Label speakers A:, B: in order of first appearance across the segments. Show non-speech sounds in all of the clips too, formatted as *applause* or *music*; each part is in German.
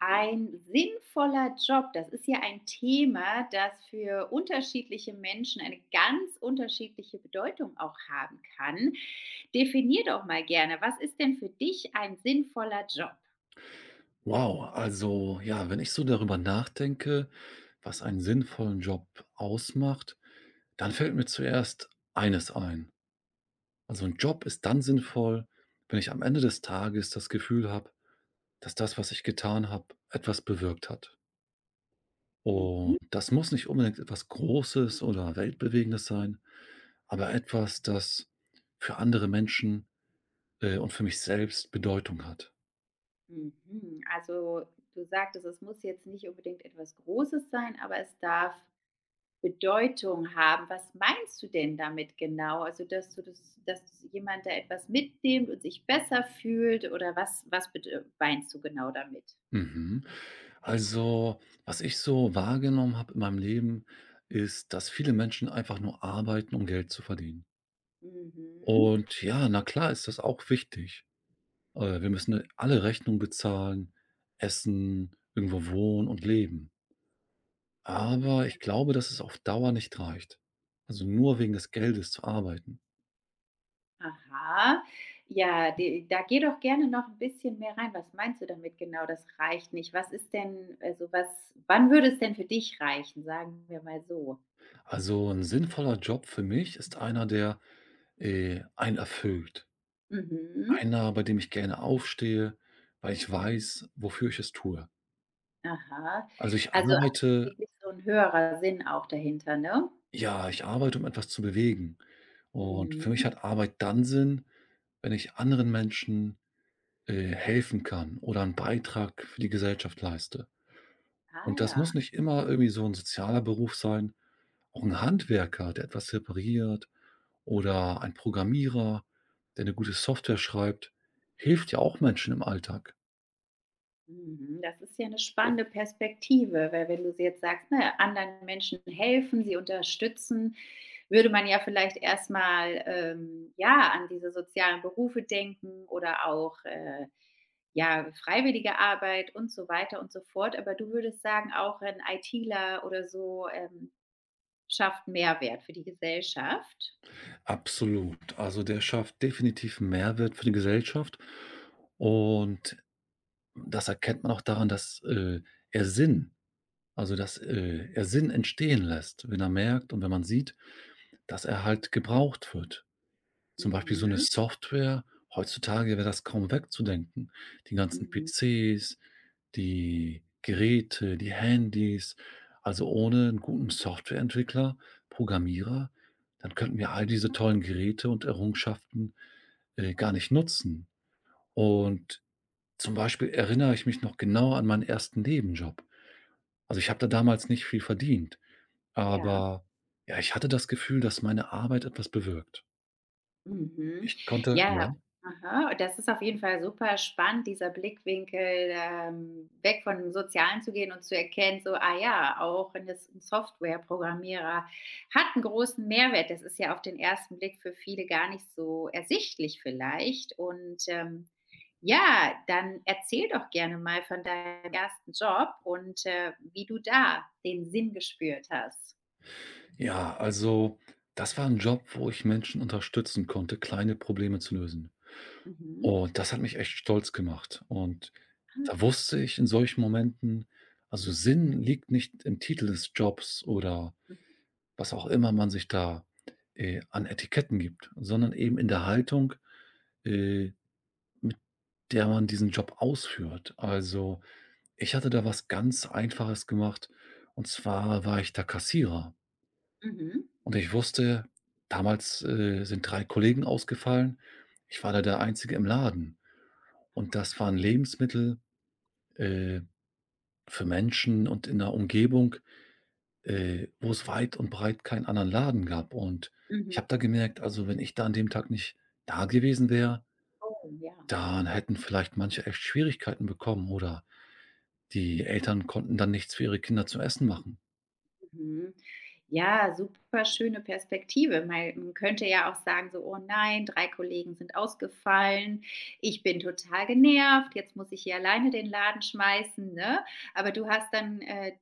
A: Ein sinnvoller Job, das ist ja ein Thema, das für unterschiedliche Menschen eine ganz unterschiedliche Bedeutung auch haben kann. Definier doch mal gerne, was ist denn für dich ein sinnvoller Job?
B: Wow, also ja, wenn ich so darüber nachdenke, was einen sinnvollen Job ausmacht, dann fällt mir zuerst eines ein. Also ein Job ist dann sinnvoll, wenn ich am Ende des Tages das Gefühl habe, dass das, was ich getan habe, etwas bewirkt hat. Und
A: Mhm,
B: das muss nicht unbedingt etwas Großes oder Weltbewegendes sein, aber etwas, das für andere Menschen, und für mich selbst Bedeutung hat.
A: mhm. Also, du sagtest, es muss jetzt nicht unbedingt etwas Großes sein, aber es darf Bedeutung haben. Was meinst du denn damit genau? Also, dass du das dass jemand da etwas mitnimmt und sich besser fühlt oder was was bede meinst du genau damit?
B: Mhm. Also, was ich so wahrgenommen habe in meinem Leben, ist, dass viele Menschen einfach nur arbeiten, um Geld zu verdienen.
A: Mhm.
B: Und ja, na klar ist das auch wichtig. Wir müssen alle Rechnungen bezahlen, essen, irgendwo wohnen und leben.
A: Na
B: Aber ich
A: klar.
B: glaube, dass es auf Dauer nicht reicht. Also nur wegen des Geldes zu arbeiten.
A: Aha. Ja, de da geh doch gerne noch ein bisschen mehr rein. Was meinst du damit genau, das reicht nicht? Was ist denn also, was wann würde es denn für dich reichen, sagen wir mal so?
B: Also ein sinnvoller Job für mich ist einer, der einen erfüllt.
A: Mhm.
B: Einer, bei dem ich gerne aufstehe, weil ich weiß, wofür ich es tue.
A: Aha.
B: Also, ich
A: Also,
B: arbeite
A: wirklich so ein höherer Sinn auch dahinter, ne?
B: ja, ich arbeite, um etwas zu bewegen. Und für mich
A: Mhm.
B: hat Arbeit dann Sinn, wenn ich anderen Menschen, helfen kann oder einen Beitrag für die Gesellschaft leiste.
A: Ah
B: Und das
A: ja.
B: muss nicht immer irgendwie so ein sozialer Beruf sein. Auch ein Handwerker, der etwas repariert, oder ein Programmierer, der eine gute Software schreibt, hilft ja auch Menschen im Alltag.
A: Mhm. Das ist ja eine spannende Perspektive, weil wenn du s jetzt sagst, ne, anderen Menschen helfen, sie unterstützen, würde man ja vielleicht erstmal ja, an diese sozialen Berufe denken oder auch ja, freiwillige Arbeit und so weiter und so fort. Aber du würdest sagen, auch ein ITler oder so schafft Mehrwert für die Gesellschaft.
B: Absolut. Also, der schafft definitiv 'n Mehrwert für die Gesellschaft. Und das erkennt man auch daran, er Sinn dass er Sinn entstehen lässt, wenn er merkt und wenn man sieht, dass er halt gebraucht wird. Zum Beispiel so eine
A: Mhm.
B: Software, heutzutage wäre das kaum wegzudenken. Die ganzen
A: Mhm.
B: PCs, die Geräte, die Handys. Also, ohne einen guten Softwareentwickler, Programmierer, dann könnten wir all diese tollen Geräte und Errungenschaften, gar nicht nutzen. Und zum Beispiel erinnere ich mich noch genau an meinen ersten Nebenjob. Also, ich habe da damals nicht viel verdient,
A: Ja.
B: aber ja, ich hatte das Gefühl, dass meine Arbeit etwas bewirkt.
A: Mhm.
B: Ich konnte ja?
A: Ja, aha, das ist auf jeden Fall super spannend, dieser Blickwinkel, weg von dem Sozialen zu gehen und zu erkennen, so, ah ja, auch ein das Softwareprogrammierer hat einen großen Mehrwert. Das ist ja auf den ersten Blick für viele gar nicht so ersichtlich vielleicht. Und, ja, dann erzähl doch gerne mal von deinem ersten Job und, wie du da den Sinn gespürt hast.
B: Ja, also, das war ein Job, wo ich Menschen unterstützen konnte, kleine Probleme zu lösen.
A: Mhm.
B: Und das hat mich echt stolz gemacht. Und da wusste ich in solchen Momenten, also, Sinn liegt nicht im Titel des Jobs oder was auch immer man sich da, an Etiketten gibt, sondern eben in der Haltung, äh, der man diesen Job ausführt. Also, ich hatte da was ganz Einfaches gemacht, und zwar war ich da Kassierer.
A: Mhm.
B: Und ich wusste, damals, sind 3 Kollegen ausgefallen. Ich war da der Einzige im Laden. Und
A: Ah.
B: das waren
A: Mhm.
B: Lebensmittel, äh, für Menschen und in der Umgebung, wo es weit und breit keinen anderen Laden gab. Und ich
A: Mhm.
B: habe da gemerkt, also wenn ich da an dem Tag nicht da gewesen wäre,
A: Oh, ja.
B: dann hätten vielleicht manche echt Schwierigkeiten bekommen oder die Eltern konnten dann nichts für ihre Kinder zu essen machen.
A: Mhm. Ja, super schöne Perspektive. Man könnte ja auch sagen, so, oh nein, 3 Kollegen sind ausgefallen, ich bin total genervt, jetzt muss ich hier alleine den Laden schmeißen, ne? Aber du hast dann,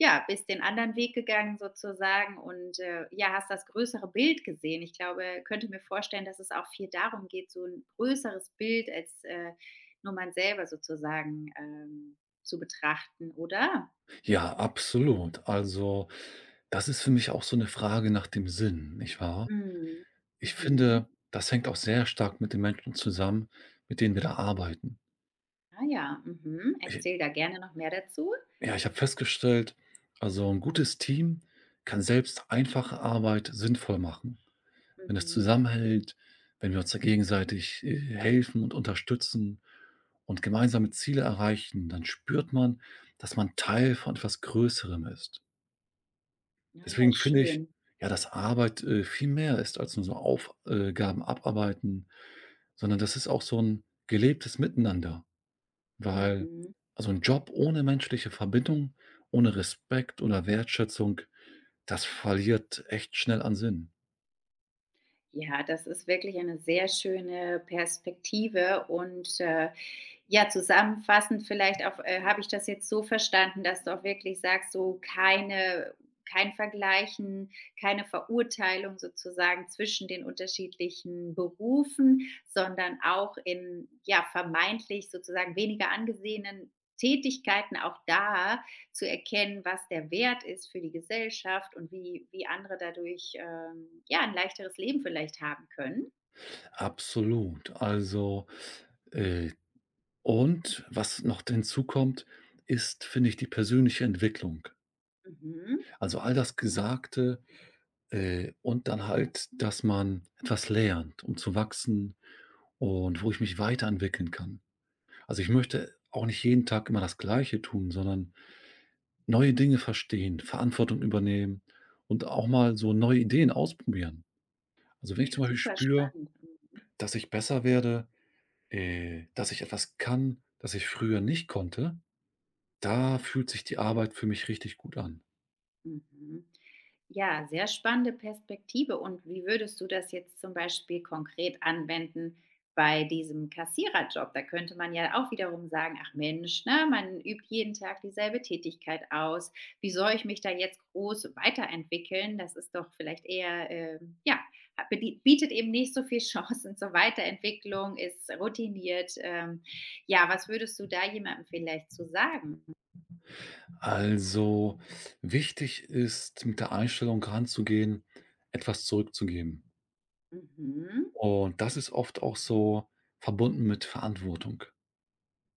A: ja, bist den anderen Weg gegangen sozusagen und ja, hast das größere Bild gesehen. Ich glaube, könnte mir vorstellen, dass es auch viel darum geht, so ein größeres Bild als nur man selber sozusagen zu betrachten, oder?
B: Ja, absolut. Also das ist für mich auch so eine Frage nach dem Sinn, nicht wahr?
A: Mhm.
B: Ich
A: Mhm.
B: finde, das hängt auch sehr stark mit den Menschen zusammen, mit denen wir da arbeiten.
A: Ah ja, mhm.
B: Ich
A: Erzähl da gerne noch mehr dazu.
B: ja, ich habe festgestellt, also ein gutes Team kann selbst einfache Arbeit sinnvoll machen. Wenn das
A: Mhm.
B: zusammenhält, wenn wir uns da gegenseitig, helfen und unterstützen und gemeinsame Ziele erreichen, dann spürt man, dass man Teil von etwas Größerem ist.
A: Ja, ja,
B: Deswegen finde ich,
A: schön.
B: ja, dass Arbeit, viel mehr ist als nur so Auf abarbeiten, sondern das ist auch so ein gelebtes Miteinander, weil,
A: Mhm.
B: also, ein Job ohne menschliche Verbindung, ohne Respekt oder Wertschätzung, das verliert echt schnell an Sinn.
A: Ja, das ist wirklich eine sehr schöne Perspektive und, ja, zusammenfassend vielleicht auch, habe ich das jetzt so verstanden, dass du auch wirklich sagst, so keine kein Vergleichen, keine Verurteilung sozusagen zwischen den unterschiedlichen Berufen, sondern auch in ja vermeintlich sozusagen weniger angesehenen Tätigkeiten auch da zu erkennen, was der Wert ist für die Gesellschaft und wie, wie andere dadurch ja ein leichteres Leben vielleicht haben können.
B: Absolut. Also, äh und was noch hinzukommt, ist, finde ich, die persönliche Entwicklung.
A: Mhm.
B: Also, all das Gesagte, und dann halt, dass man etwas lernt, um zu wachsen und wo ich mich weiterentwickeln kann. Also, ich möchte auch nicht jeden Tag immer das Gleiche tun, sondern neue Dinge verstehen, Verantwortung übernehmen und auch mal so neue Ideen ausprobieren. Also, wenn ich
A: Ja,
B: zum Beispiel
A: super
B: spüre,
A: spannend. Mhm.
B: dass ich besser werde, dass ich etwas kann, das ich früher nicht konnte. Da fühlt sich die Arbeit für mich richtig gut an.
A: Mhm. Ja, sehr spannende Perspektive. Und wie würdest du das jetzt zum Beispiel konkret anwenden bei diesem Kassiererjob? Da könnte man ja auch wiederum sagen, ach Mensch, ne, man übt jeden Tag dieselbe Tätigkeit aus. Wie soll ich mich da jetzt groß weiterentwickeln? Das ist doch vielleicht eher, ja, bietet eben nicht so viel *laughs* Chancen zur Weiterentwicklung, ist routiniert. Ja, was würdest du da jemandem vielleicht zu sagen?
B: Also, wichtig ist, mit der Einstellung ranzugehen, etwas zurückzugeben.
A: Mhm,
B: Und das ist oft auch so verbunden mit Verantwortung.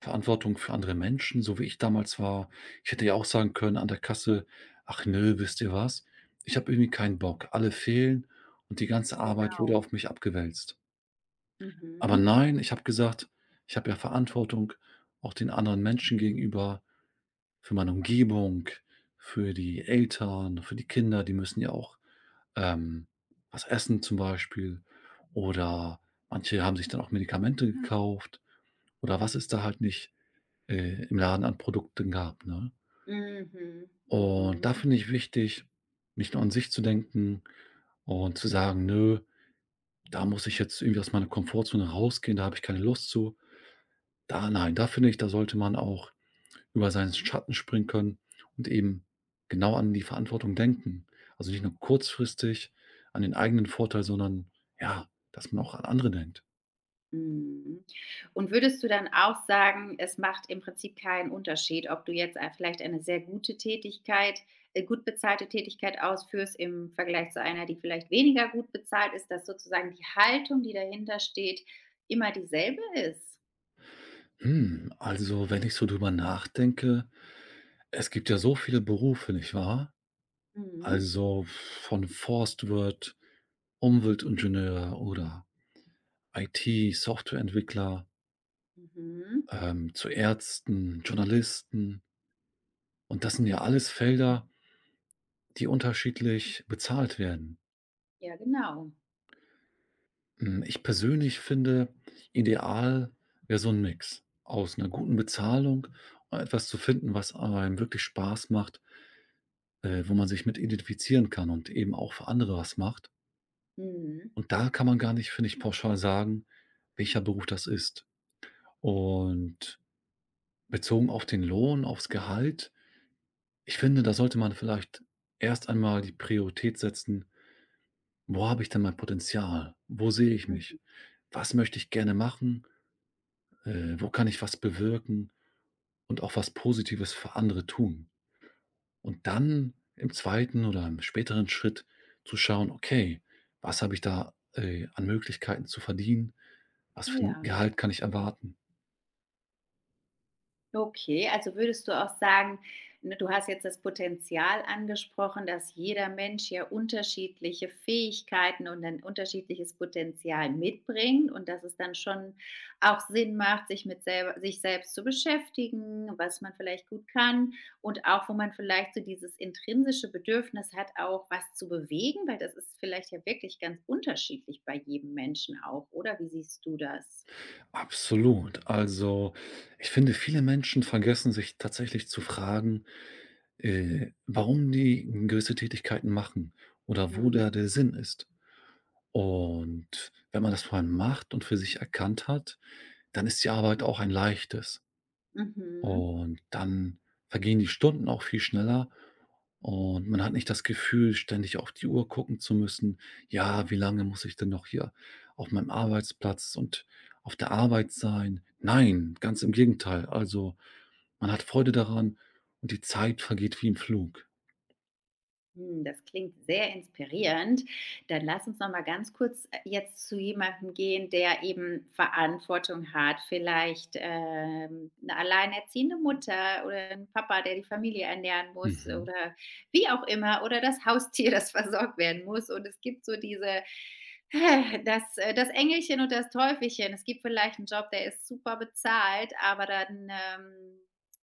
B: Verantwortung für andere Menschen, so wie ich damals war. Ich hätte ja auch sagen können an der Kasse: „Ach nö, wisst ihr was? Ich habe irgendwie keinen Bock. Alle fehlen und die ganze Arbeit wurde
A: genau.
B: auf mich abgewälzt.“ Aber
A: Mhm.
B: nein, ich habe gesagt: „Ich habe ja Verantwortung auch den anderen Menschen gegenüber. Für meine Umgebung, für die Eltern, für die Kinder, die müssen ja auch, ähm, was essen zum Beispiel, oder manche haben sich dann auch Medikamente gekauft, oder was es da halt nicht, im Laden an Produkten gab, ne?“
A: Mhm,
B: Und
A: mhm,
B: da finde ich wichtig, nicht nur an sich zu denken und zu sagen: „Nö, da muss ich jetzt irgendwie aus meiner Komfortzone rausgehen, da habe ich keine Lust zu.“ Da, nein, da finde ich, da sollte man auch über seinen Schatten springen können und eben genau an die Verantwortung denken. Also nicht nur kurzfristig an den eigenen Vorteil, sondern, ja, dass man auch an andere denkt.
A: mhm. Und würdest du dann auch sagen, es macht im Prinzip keinen Unterschied, ob du jetzt ein vielleicht eine sehr gute Tätigkeit gut bezahlte Tätigkeit ausführst im Vergleich zu einer, die vielleicht weniger gut bezahlt ist, dass sozusagen die Haltung, die dahinter steht, immer dieselbe ist?
B: Also wenn ich so drüber nachdenke, es gibt ja so viele Berufe, nicht wahr?
A: Mhm,
B: Also von Forstwirt, Umweltingenieur oder IT, Softwareentwickler,
A: mhm.
B: zu Ärzten, Journalisten. Und das sind ja alles Felder, die unterschiedlich bezahlt werden.
A: Ja, genau.
B: Ich persönlich finde, ideal wäre so ein Mix aus einer guten Bezahlung und etwas zu finden, was einem wirklich Spaß macht, wo man sich mit identifizieren kann und eben auch für andere was macht.
A: Mhm,
B: Und da kann man gar nicht, finde ich, pauschal sagen, welcher Beruf das ist. Und bezogen auf den Lohn, aufs Gehalt, ich finde, da sollte man vielleicht erst einmal die Priorität setzen: „Wo habe ich denn mein Potenzial? Wo sehe ich
A: mhm.
B: mich? Was möchte ich gerne machen? Wo kann ich was bewirken?“ Und auch was Positives für andere tun. Und dann im zweiten oder im späteren Schritt zu schauen: „Okay, was habe ich da, an Möglichkeiten zu verdienen? Was
A: Ah
B: für ein
A: ja.
B: Gehalt kann ich erwarten?“
A: Okay, also würdest du auch sagen, ne, du hast jetzt das Potenzial angesprochen, dass jeder Mensch ja unterschiedliche Fähigkeiten und ein unterschiedliches Potenzial mitbringt und dass es dann schon auch Sinn macht, sich sich selbst zu beschäftigen, was man vielleicht gut kann und auch, wo man vielleicht so dieses intrinsische Bedürfnis hat, auch was zu bewegen, weil das ist vielleicht ja wirklich ganz unterschiedlich bei jedem Menschen auch, oder? Wie siehst du das?
B: Absolut. Also, ich finde, viele Menschen vergessen, sich tatsächlich zu fragen, warum die gewisse Tätigkeiten machen oder wo
A: Hm.
B: da der Sinn ist. Und wenn man das vor allem macht und für sich erkannt hat, dann ist die Arbeit auch ein leichtes.
A: Mhm.
B: Und dann vergehen die Stunden auch viel schneller und man hat nicht das Gefühl, ständig auf die Uhr gucken zu müssen: „Ja, wie lange muss ich denn noch hier auf meinem Arbeitsplatz und auf der Arbeit sein?“ Nein, ganz im Gegenteil. Also, man hat Freude daran und die Zeit vergeht wie im Flug.
A: Hm, das klingt sehr inspirierend. Dann lass uns noch mal ganz kurz, jetzt zu jemandem gehen, der eben Verantwortung hat, vielleicht, 'ne alleinerziehende Mutter oder ein Papa, der die Familie ernähren muss
B: Mhm.
A: oder wie auch immer oder das Haustier, das *laughs* versorgt werden muss. Und es gibt so diese *sighs* das Engelchen und das Teufelchen. Es gibt vielleicht einen Job, der ist super bezahlt, aber dann,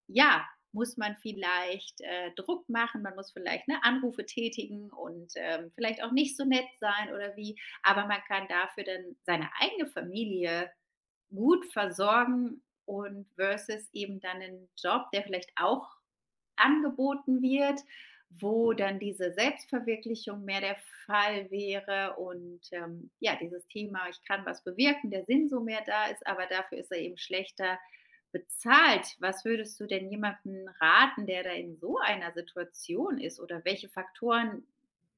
A: ja, muss man vielleicht, Druck machen, man muss vielleicht, ne, Anrufe tätigen und, vielleicht auch nicht so nett sein oder wie, aber man kann dafür dann seine eigene Familie gut versorgen und versus eben dann 'nen Job, der vielleicht auch angeboten wird, wo dann diese Selbstverwirklichung mehr der Fall wäre und, ja, dieses Thema: „Ich kann was bewirken“, der Sinn so mehr da ist, aber dafür ist er eben schlechter bezahlt. Was würdest du denn jemandem raten, der da in so einer Situation ist oder welche Faktoren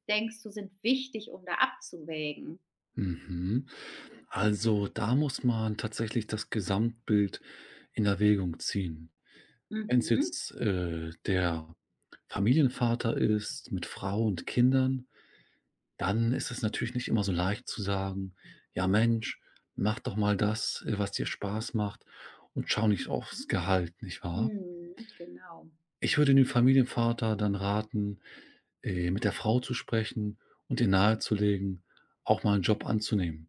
A: denkst du sind wichtig, um da abzuwägen?
B: Mhm. Also, da muss man tatsächlich das Gesamtbild in Erwägung ziehen. Wenn's
A: Mhm.
B: jetzt, der Familienvater ist mit Frau und Kindern, dann ist es natürlich nicht immer so leicht zu sagen: „Ja Mensch, mach doch mal das, was dir Spaß macht und schau nicht aufs Gehalt“, nicht wahr?
A: Mhm. Genau.
B: Ich würde dem Familienvater dann raten, mit der Frau zu sprechen und ihr nahezulegen, auch mal einen Job anzunehmen.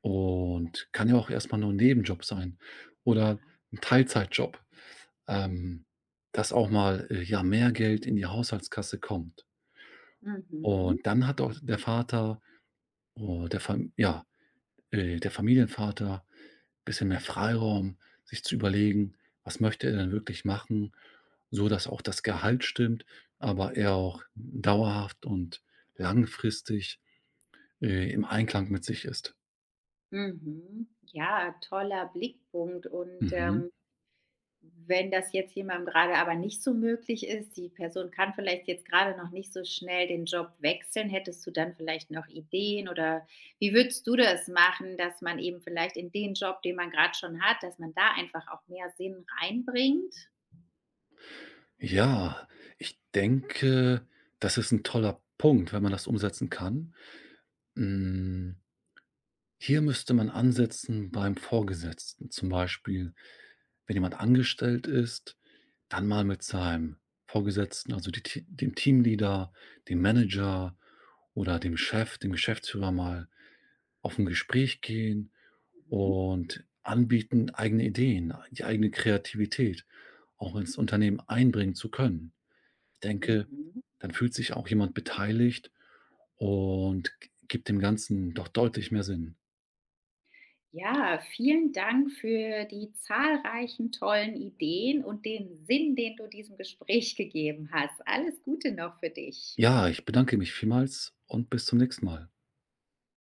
B: Und kann ja auch erst mal nur ein Nebenjob sein oder
A: Aha.
B: ein Teilzeitjob, ähm, dass auch mal, ja, mehr Geld in die Haushaltskasse kommt. Und
A: Mhm,
B: dann hat auch der Vater oh, der Fam ja, der Familienvater bisschen mehr Freiraum, sich zu überlegen, was möchte er denn wirklich machen, so dass auch das Gehalt stimmt, aber er auch dauerhaft und langfristig, im Einklang mit sich ist.
A: mhm. Ja, toller Blickpunkt. Und
B: Mhm.
A: wenn das jetzt jemandem gerade aber nicht so möglich ist, die Person kann vielleicht jetzt gerade noch nicht so schnell den Job wechseln, hättest du dann vielleicht noch Ideen oder wie würdest du das machen, dass man eben vielleicht in den Job, den man gerade schon hat, dass man da einfach auch mehr Sinn reinbringt?
B: Ja, ich denke, das ist ein toller Punkt, wenn man das umsetzen kann. Hm, Hier müsste man ansetzen beim Vorgesetzten, zum Beispiel. Wenn jemand angestellt ist, dann mal mit seinem Vorgesetzten, also die T dem Teamleader, dem Manager oder dem Chef, dem Geschäftsführer, mal auf ein Gespräch gehen
A: Mhm.
B: und anbieten, eigene Ideen, die eigene Kreativität auch ins Unternehmen einbringen zu können. Ich denke,
A: Mhm.
B: dann fühlt sich auch jemand beteiligt und gibt dem Ganzen doch deutlich mehr Sinn.
A: Ja, vielen Dank für die zahlreichen tollen Ideen und den Sinn, den du diesem Gespräch gegeben hast. Alles Gute noch für dich.
B: Ja, ich bedanke mich vielmals und bis zum nächsten Mal.